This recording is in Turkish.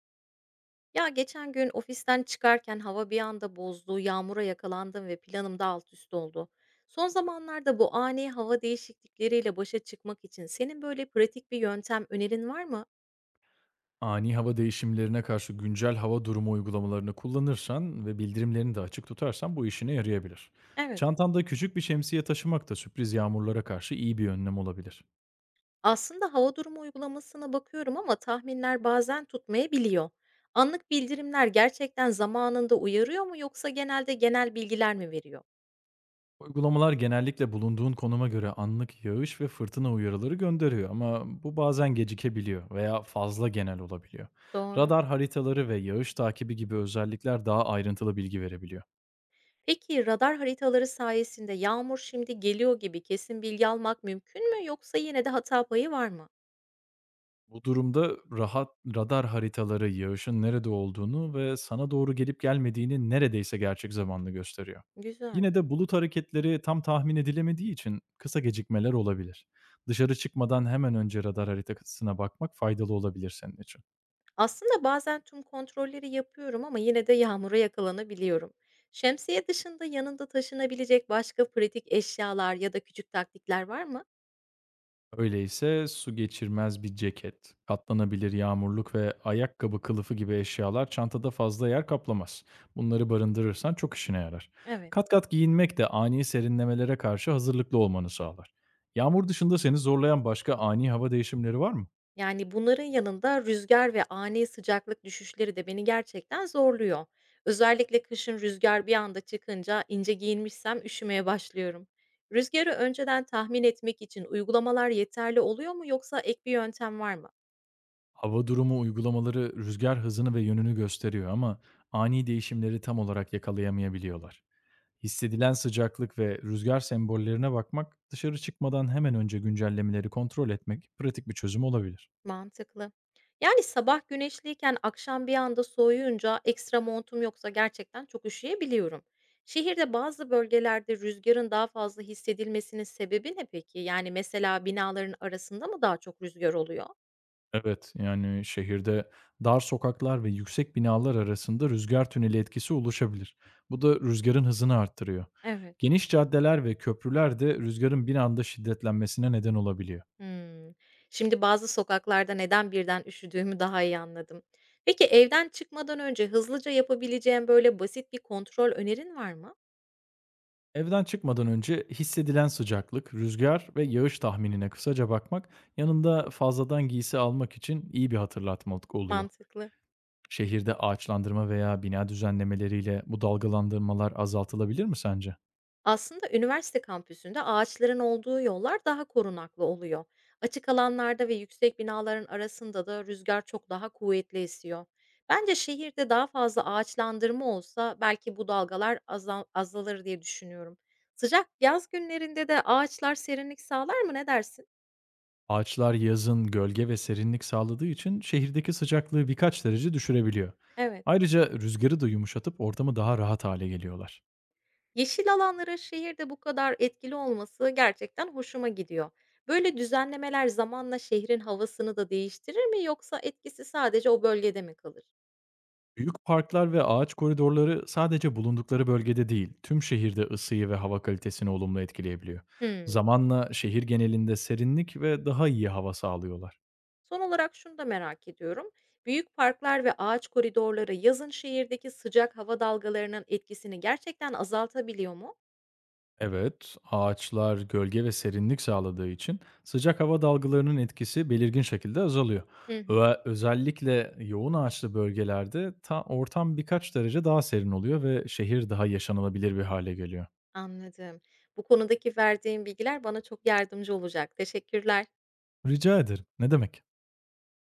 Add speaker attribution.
Speaker 1: Ya geçen gün ofisten çıkarken hava bir anda bozdu, yağmura yakalandım ve planım da alt üst oldu. Son zamanlarda bu ani hava değişiklikleriyle başa çıkmak için senin böyle pratik bir yöntem önerin var mı?
Speaker 2: Ani hava değişimlerine karşı güncel hava durumu uygulamalarını kullanırsan ve bildirimlerini de açık tutarsan bu işine yarayabilir.
Speaker 1: Evet.
Speaker 2: Çantanda küçük bir şemsiye taşımak da sürpriz yağmurlara karşı iyi bir önlem olabilir.
Speaker 1: Aslında hava durumu uygulamasına bakıyorum ama tahminler bazen tutmayabiliyor. Anlık bildirimler gerçekten zamanında uyarıyor mu yoksa genelde genel bilgiler mi veriyor?
Speaker 2: Uygulamalar genellikle bulunduğun konuma göre anlık yağış ve fırtına uyarıları gönderiyor, ama bu bazen gecikebiliyor veya fazla genel olabiliyor.
Speaker 1: Doğru.
Speaker 2: Radar haritaları ve yağış takibi gibi özellikler daha ayrıntılı bilgi verebiliyor.
Speaker 1: Peki radar haritaları sayesinde yağmur şimdi geliyor gibi kesin bilgi almak mümkün mü yoksa yine de hata payı var mı?
Speaker 2: Bu durumda rahat Radar haritaları yağışın nerede olduğunu ve sana doğru gelip gelmediğini neredeyse gerçek zamanlı gösteriyor.
Speaker 1: Güzel.
Speaker 2: Yine de bulut hareketleri tam tahmin edilemediği için kısa gecikmeler olabilir. Dışarı çıkmadan hemen önce radar haritasına bakmak faydalı olabilir senin için.
Speaker 1: Aslında bazen tüm kontrolleri yapıyorum ama yine de yağmura yakalanabiliyorum. Şemsiye dışında yanında taşınabilecek başka pratik eşyalar ya da küçük taktikler var mı?
Speaker 2: Öyleyse su geçirmez bir ceket, katlanabilir yağmurluk ve ayakkabı kılıfı gibi eşyalar çantada fazla yer kaplamaz. Bunları barındırırsan çok işine yarar.
Speaker 1: Evet.
Speaker 2: Kat kat giyinmek de ani serinlemelere karşı hazırlıklı olmanı sağlar. Yağmur dışında seni zorlayan başka ani hava değişimleri var mı?
Speaker 1: Yani, bunların yanında rüzgar ve ani sıcaklık düşüşleri de beni gerçekten zorluyor. Özellikle kışın rüzgar bir anda çıkınca ince giyinmişsem üşümeye başlıyorum. Rüzgârı önceden tahmin etmek için uygulamalar yeterli oluyor mu yoksa ek bir yöntem var mı?
Speaker 2: Hava durumu uygulamaları rüzgar hızını ve yönünü gösteriyor, ama ani değişimleri tam olarak yakalayamayabiliyorlar. Hissedilen sıcaklık ve rüzgar sembollerine bakmak, dışarı çıkmadan hemen önce güncellemeleri kontrol etmek pratik bir çözüm olabilir.
Speaker 1: Mantıklı. Yani sabah güneşliyken akşam bir anda soğuyunca ekstra montum yoksa gerçekten çok üşüyebiliyorum. Şehirde bazı bölgelerde rüzgarın daha fazla hissedilmesinin sebebi ne peki? Yani mesela binaların arasında mı daha çok rüzgar oluyor?
Speaker 2: Evet, yani şehirde dar sokaklar ve yüksek binalar arasında rüzgar tüneli etkisi oluşabilir. Bu da rüzgarın hızını arttırıyor.
Speaker 1: Evet.
Speaker 2: Geniş caddeler ve köprüler de rüzgarın bir anda şiddetlenmesine neden olabiliyor.
Speaker 1: Hmm. Şimdi bazı sokaklarda neden birden üşüdüğümü daha iyi anladım. Peki evden çıkmadan önce hızlıca yapabileceğim böyle basit bir kontrol önerin var mı?
Speaker 2: Evden çıkmadan önce hissedilen sıcaklık, rüzgar ve yağış tahminine kısaca bakmak, yanında fazladan giysi almak için iyi bir hatırlatmalık oluyor.
Speaker 1: Mantıklı.
Speaker 2: Şehirde ağaçlandırma veya bina düzenlemeleriyle bu dalgalandırmalar azaltılabilir mi sence?
Speaker 1: Aslında üniversite kampüsünde ağaçların olduğu yollar daha korunaklı oluyor. Açık alanlarda ve yüksek binaların arasında da rüzgar çok daha kuvvetli esiyor. Bence şehirde daha fazla ağaçlandırma olsa belki bu dalgalar azalır diye düşünüyorum. Sıcak yaz günlerinde de ağaçlar serinlik sağlar mı ne dersin?
Speaker 2: Ağaçlar yazın gölge ve serinlik sağladığı için şehirdeki sıcaklığı birkaç derece düşürebiliyor.
Speaker 1: Evet.
Speaker 2: Ayrıca rüzgarı da yumuşatıp ortamı daha rahat hale geliyorlar.
Speaker 1: Yeşil alanların şehirde bu kadar etkili olması gerçekten hoşuma gidiyor. Böyle düzenlemeler zamanla şehrin havasını da değiştirir mi yoksa etkisi sadece o bölgede mi kalır?
Speaker 2: Büyük parklar ve ağaç koridorları sadece bulundukları bölgede değil, tüm şehirde ısıyı ve hava kalitesini olumlu etkileyebiliyor.
Speaker 1: Hımm.
Speaker 2: Zamanla şehir genelinde serinlik ve daha iyi hava sağlıyorlar.
Speaker 1: Son olarak şunu da merak ediyorum. Büyük parklar ve ağaç koridorları yazın şehirdeki sıcak hava dalgalarının etkisini gerçekten azaltabiliyor mu?
Speaker 2: Evet, ağaçlar gölge ve serinlik sağladığı için sıcak hava dalgalarının etkisi belirgin şekilde azalıyor.
Speaker 1: Hı hı.
Speaker 2: Ve özellikle yoğun ağaçlı bölgelerde ortam birkaç derece daha serin oluyor ve şehir daha yaşanılabilir bir hale geliyor.
Speaker 1: Anladım. Bu konudaki verdiğin bilgiler bana çok yardımcı olacak. Teşekkürler.
Speaker 2: Rica ederim. Ne demek?